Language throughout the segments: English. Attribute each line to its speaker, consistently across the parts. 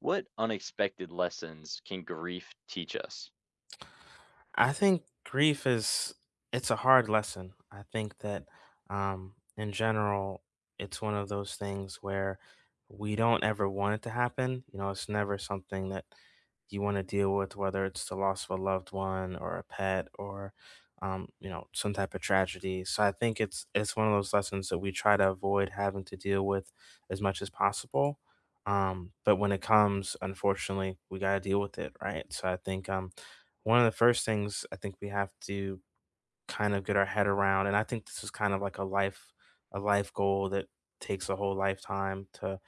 Speaker 1: What unexpected lessons can grief teach us?
Speaker 2: I think grief is It's a hard lesson. I think that in general it's one of those things where we don't ever want it to happen. You know, it's never something that you want to deal with, whether it's the loss of a loved one or a pet or some type of tragedy. So I think it's one of those lessons that we try to avoid having to deal with as much as possible. But when it comes, unfortunately, we gotta deal with it, right? So I think one of the first things I think we have to kind of get our head around, and I think this is kind of like a life goal that takes a whole lifetime to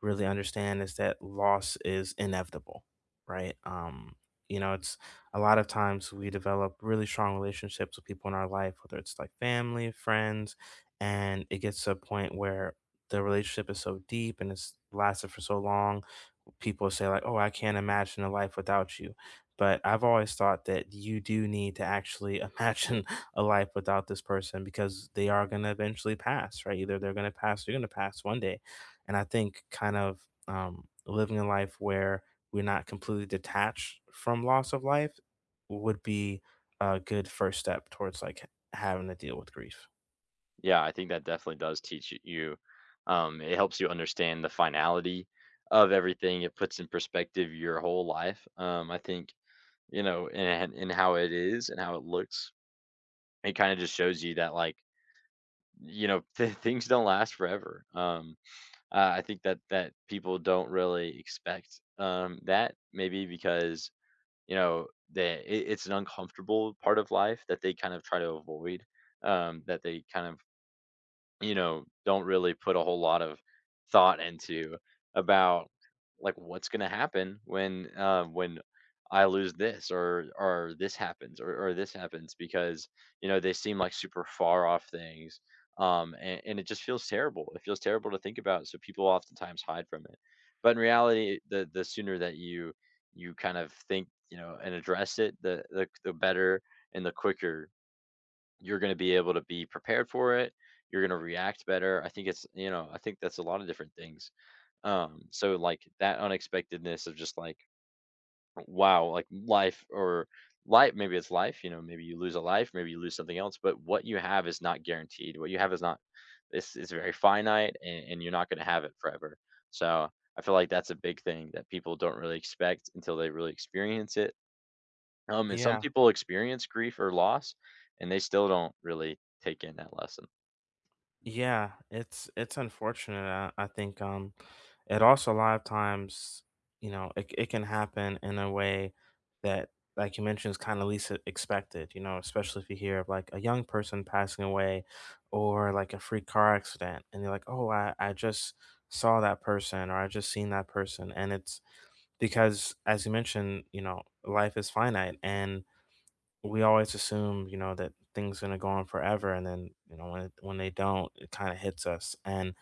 Speaker 2: really understand is that loss is inevitable, right? You know, it's A lot of times we develop really strong relationships with people in our life, whether it's like family, friends, and it gets to a point where the relationship is so deep and it's lasted for so long people say like, "Oh, I can't imagine a life without you." But I've always thought that you do need to actually imagine a life without this person because they are going to eventually pass, right? Either they're going to pass or you're going to pass one day. And I think kind of living a life where we're not completely detached from loss of life would be a good first step towards like having to deal with grief.
Speaker 1: Yeah, I think that definitely does teach you. It helps you understand the finality of everything. It puts in perspective your whole life. I think and how it is and how it looks. It kind of just shows you that things don't last forever. I think that people don't really expect that maybe because it's an uncomfortable part of life that they kind of try to avoid, that they kind of don't really put a whole lot of thought into about like what's going to happen when I lose this or this happens or this happens because you know they seem like super far off things and it just feels terrible it feels terrible to think about, so people oftentimes hide from it. But in reality, the sooner that you kind of think, you know, and address it, the better and the quicker you're going to be able to be prepared for it. You're going to react better. I think it's, you know, I think that's a lot of different things. So like that unexpectedness of just like, wow, like life or life, maybe it's life, you know, maybe you lose a life, maybe you lose something else, but what you have is not guaranteed. What you have is not, this is very finite, and you're not going to have it forever. So I feel like that's a big thing that people don't really expect until they really experience it. And some
Speaker 2: Yeah.
Speaker 1: people experience grief or loss, and they still don't really take in that lesson.
Speaker 2: Yeah, it's unfortunate. I think it also a lot of times, you know, it can happen in a way that like you mentioned is kind of least expected, you know, especially if you hear of like a young person passing away or like a freak car accident and you're like, "Oh, I just saw that person or I just seen that person." And it's because as you mentioned, you know, life is finite and we always assume, you know, that things gonna go on forever, and then, you know, when they don't, it kinda hits us, and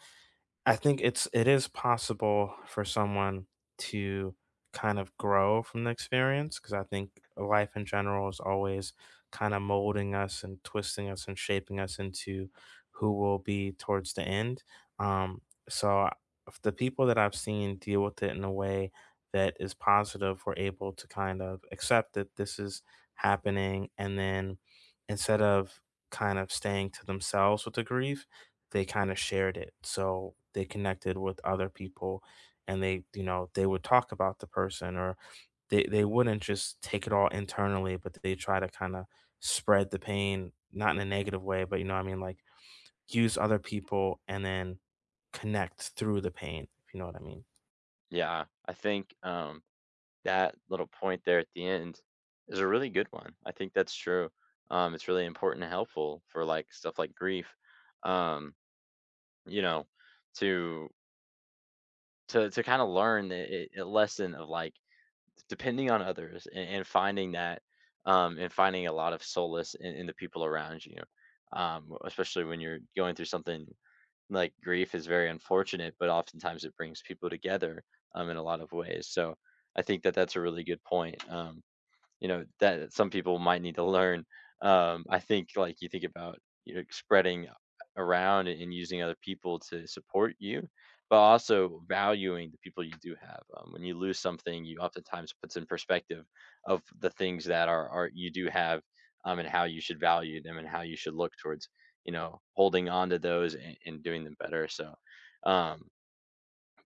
Speaker 2: I think it is possible for someone to kind of grow from the experience because I think life in general is always kind of molding us and twisting us and shaping us into who we'll be towards the end. Um, so I- if the people that I've seen deal with it in a way that is positive, were able to kind of accept that this is happening, and then instead of kind of staying to themselves with the grief they kind of shared it. So they connected with other people and they, you know, they would talk about the person or they wouldn't just take it all internally, but they try to kind of spread the pain, not in a negative way, but you know what I mean? Like use other people and then connect through the pain, if you know what I mean.
Speaker 1: Yeah, I think that little point there at the end is a really good one. I think that's true. It's really important and helpful for like stuff like grief. Um, you know, to to kind of learn a lesson of like depending on others, and finding that and finding a lot of solace in the people around you. Especially when you're going through something like grief is very unfortunate, but oftentimes it brings people together, in a lot of ways. So I think that that's a really good point. You know, that some people might need to learn. I think, like, you think about, you know, spreading around and using other people to support you, but also valuing the people you do have. When you lose something, you oftentimes puts in perspective of the things are you do have, and how you should value them and how you should look towards, you know, holding on to those and doing them better. So, um,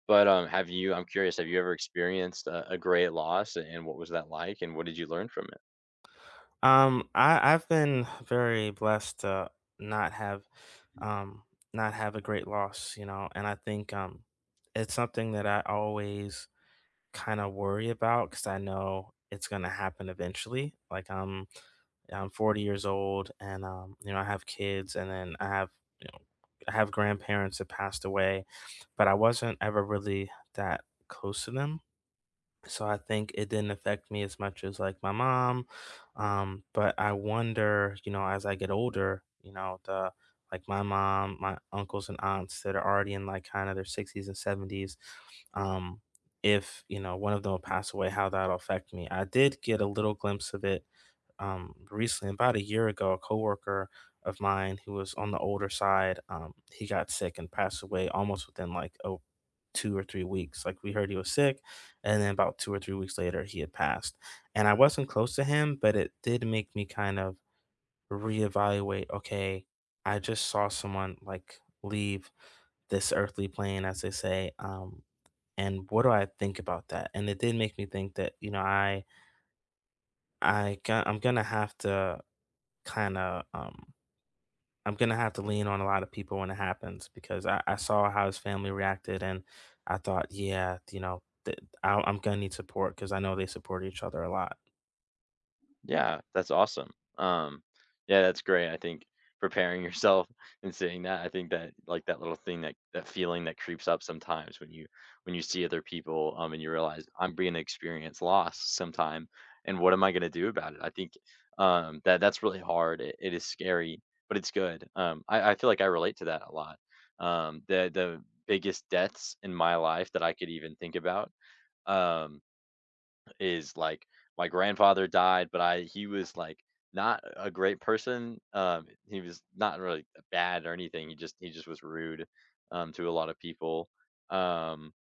Speaker 1: but have you? I'm curious. Have you ever experienced a great loss, and what was that like? And what did you learn from it?
Speaker 2: I've been very blessed to not have um a great loss, you know, and I think it's something that I always kind of worry about because I know it's gonna happen eventually. Like I'm 40 years old and I have kids and then you know, I have grandparents that passed away, but I wasn't ever really that close to them so I think it didn't affect me as much as like my mom. But I wonder, you know, as I get older, you know, the like my mom, my uncles and aunts that are already in like kind of their sixties and seventies, um, if one of them will pass away, how that'll affect me. I did get a little glimpse of it recently, about a year ago, a coworker of mine who was on the older side, he got sick and passed away almost within like a 2 or 3 weeks. Like we heard he was sick, and then about 2 or 3 weeks later, he had passed. And I wasn't close to him, but it did make me kind of reevaluate. Okay, I just saw someone like leave this earthly plane, as they say. And what do I think about that? And it did make me think that I go- I'm gonna have to kinda, um I'm gonna have to lean on a lot of people when it happens because I saw how his family reacted and I thought, yeah, you know, I'm gonna need support because I know they support each other a lot.
Speaker 1: Yeah, that's awesome. Um, yeah, that's great. I think preparing yourself and saying that, I think that like that little thing, that that feeling that creeps up sometimes when you see other people and you realize I'm being experience loss sometime and what am I gonna do about it? I think that that's really hard. It is scary, but it's good. I feel like I relate to that a lot. The biggest deaths in my life that I could even think about. Um, is like my grandfather died, but I he was like not a great person. He was not really bad or anything. He just was rude to a lot of people. Um,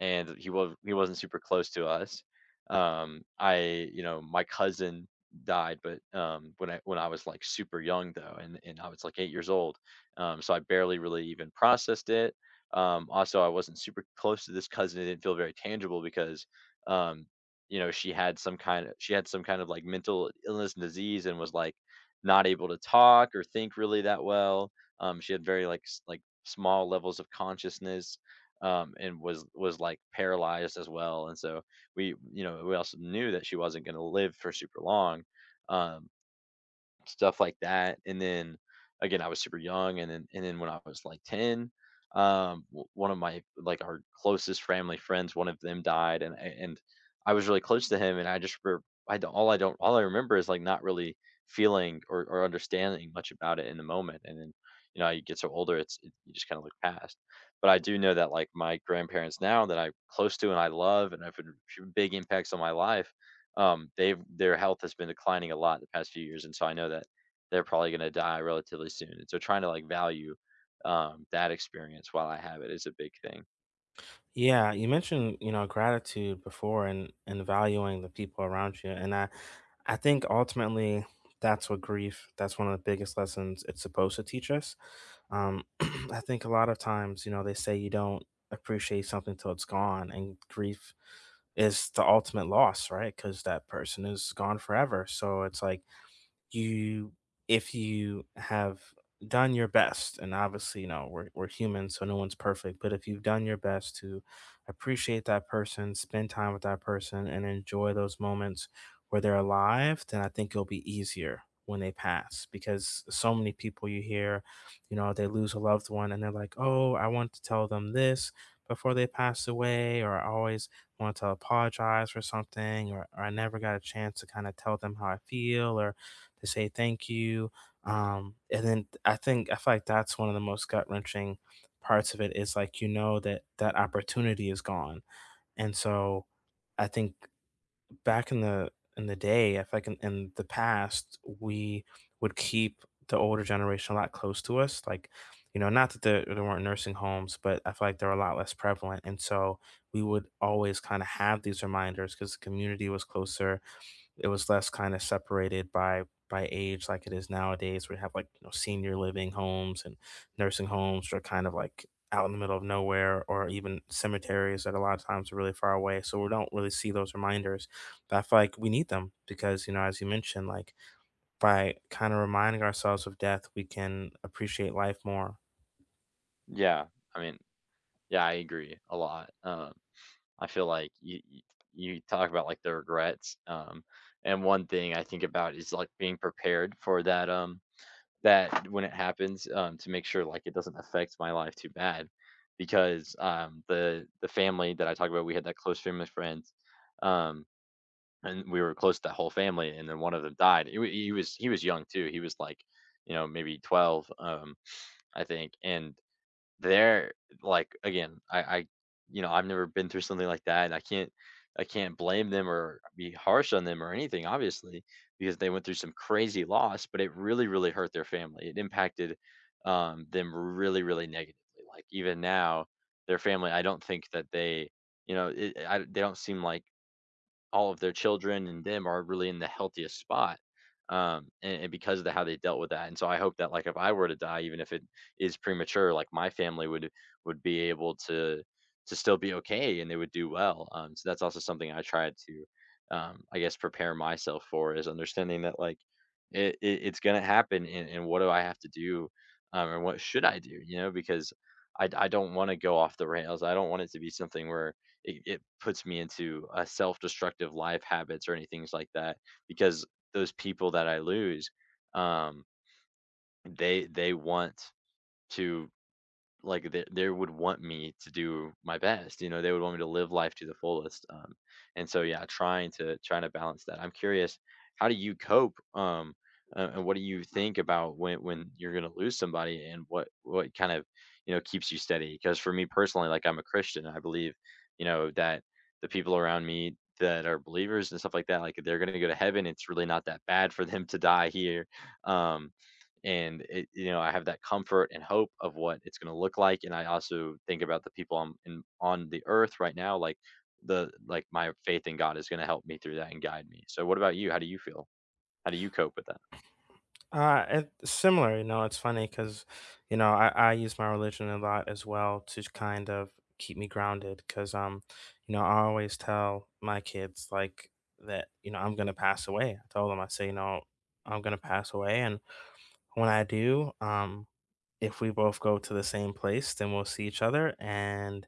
Speaker 1: and he wasn't super close to us. I, you know, my cousin died, but when I was like super young though, and I was like 8 years old, so I barely really even processed it. Also, I wasn't super close to this cousin; it didn't feel very tangible because, um, you know, she had some kind of like mental illness and disease, and was like not able to talk or think really that well. She had very like small levels of consciousness and was like paralyzed as well. And so we, you know, we also knew that she wasn't going to live for super long. Um, stuff like that. And then again, I was super young, and then when I was like 10, one of my like our closest family friends, one of them died, and I was really close to him, and I just I don't all I remember is like not really feeling or understanding much about it in the moment, and then you know you get so older, you just kind of look past. But I do know that like my grandparents now that I'm close to and I love and have been big impacts on my life they've their health has been declining a lot the past few years, and so I know that they're probably going to die relatively soon. And so trying to like value that experience while I have it is a big thing.
Speaker 2: Yeah, you mentioned, you know, gratitude before and valuing the people around you. And I think ultimately that's one of the biggest lessons it's supposed to teach us. Um I think a lot of times, you know, they say you don't appreciate something till it's gone and grief is the ultimate loss, right? Cuz that person is gone forever. So it's like you if you have done your best and obviously you know we're human so no one's perfect but if you've done your best to appreciate that person spend time with that person and enjoy those moments where they're alive then I think it'll be easier when they pass because so many people you hear they lose a loved one and they're like oh I want to tell them this before they passed away or I always want to apologize for something or I never got a chance to kind of tell them how I feel or they say thank you. And then I feel like that's one of the most gut wrenching parts of it is like you know that that opportunity is gone. And so I think back in the day, I feel like in the past, we would keep the older generation a lot close to us. Like, you know, not that there weren't nursing homes, but I feel like they're a lot less prevalent. And so we would always kind of have these reminders because the community was closer it was less kind of separated by age like it is nowadays we have like you know senior living homes and nursing homes that are kind of like out in the middle of nowhere or even cemeteries that a lot of times are really far away so we don't really see those reminders but I feel like we need them because you know as you mentioned like by kind of reminding ourselves of death we can appreciate life more.
Speaker 1: Yeah, I mean, yeah, I agree a lot. I feel like you talk about like the regrets, and one thing I think about is like being prepared for that that when it happens, to make sure, like, it doesn't affect my life too bad because, the family that I talk about, we had that close family friends, um, and we were close to that whole family, and then one of them died. He was young too. He was, like, you know, maybe 12, I think, and, they're like, again, I you know, I've never been through something like that, and I can't blame them or be harsh on them or anything, obviously, because they went through some crazy loss, but it really, really hurt their family. It impacted them really, really negatively. Like even now, their family, I don't think that they, you know, they don't seem like all of their children and them are really in the healthiest spot. And because of how they dealt with that. And so I hope that like if I were to die, even if it is premature, like my family would be able to still be okay and they would do well. So that's also something I tried to I guess prepare myself for is understanding that like it's gonna happen and what do I have to do and what should I do? You know, because I don't want to go off the rails. I don't want it to be something where it puts me into a self-destructive life habits or anything like that because those people that I lose, um, they want to like they would want me to do my best, you know, they would want me to live life to the fullest and so yeah, trying to balance that. I'm curious, how do you cope and what do you think about when you're going to lose somebody and what kind of you know keeps you steady? Because for me personally, like, I'm a Christian, I believe you know that the people around me that are believers and stuff like that, like they're going to go to heaven, it's really not that bad for them to die here um and it, you know, I have that comfort and hope of what it's going to look like, and I also think about the people on the earth right now, like the like my faith in God is going to help me through that and guide me. So what about you? How do you feel? How do you cope with that?
Speaker 2: Similar, you know, it's funny because, you know, I use my religion a lot as well to kind of keep me grounded because, you know, I always tell my kids like that, you know, I'm going to pass away. I told them, I say, you know, I'm going to pass away. And when I do, if we both go to the same place, then we'll see each other. And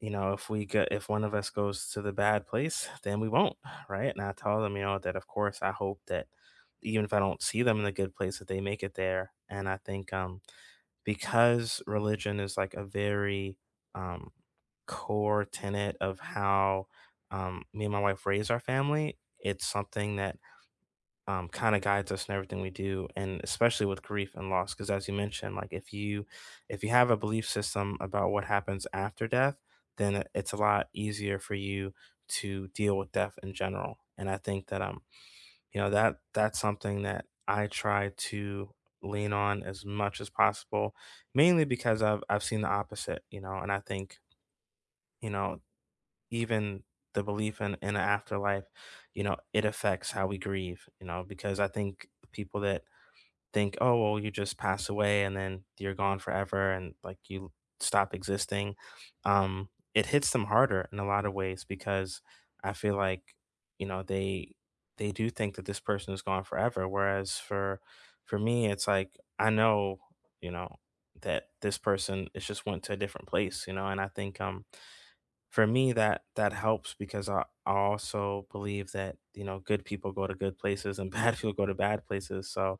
Speaker 2: you know, if we go, if one of us goes to the bad place, then we won't, right? And I tell them, you know, that of course I hope that even if I don't see them in the good place, that they make it there. And I think because religion is like a very um, core tenet of how me and my wife raise our family, it's something that kind of guides us in everything we do and especially with grief and loss because as you mentioned like if you have a belief system about what happens after death then it's a lot easier for you to deal with death in general and I think that that that's something that I try to lean on as much as possible mainly because I've seen the opposite you know and I think you know even the belief in an afterlife, you know, it affects how we grieve, you know, because I think people that think, oh, well, you just pass away and then you're gone forever and like you stop existing, um, it hits them harder in a lot of ways because I feel like, you know, they do think that this person is gone forever. Whereas for me, it's like I know, you know, that this person is just went to a different place, you know, and I think for me that that helps because I also believe that you know good people go to good places and bad people go to bad places so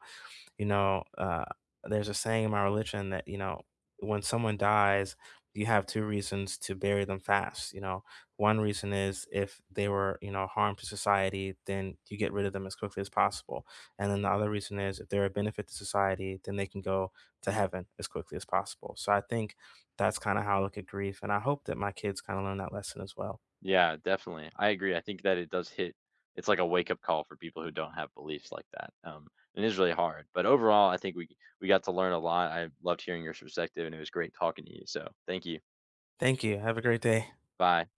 Speaker 2: you know, there's a saying in my religion that, you know, when someone dies, you have two reasons to bury them fast. You know, one reason is if they were, you know, harm to society, then you get rid of them as quickly as possible. And then the other reason is if they're a benefit to society, then they can go to heaven as quickly as possible. So I think that's kind of how I look at grief. And I hope that my kids kind of learn that lesson as well.
Speaker 1: Yeah, definitely, I agree. I think that it does hit, it's like a wake up call for people who don't have beliefs like that um, and it is really hard, but overall, I think we got to learn a lot. I loved hearing your perspective, and it was great talking to you, so thank you.
Speaker 2: Thank you. Have a great day.
Speaker 1: Bye.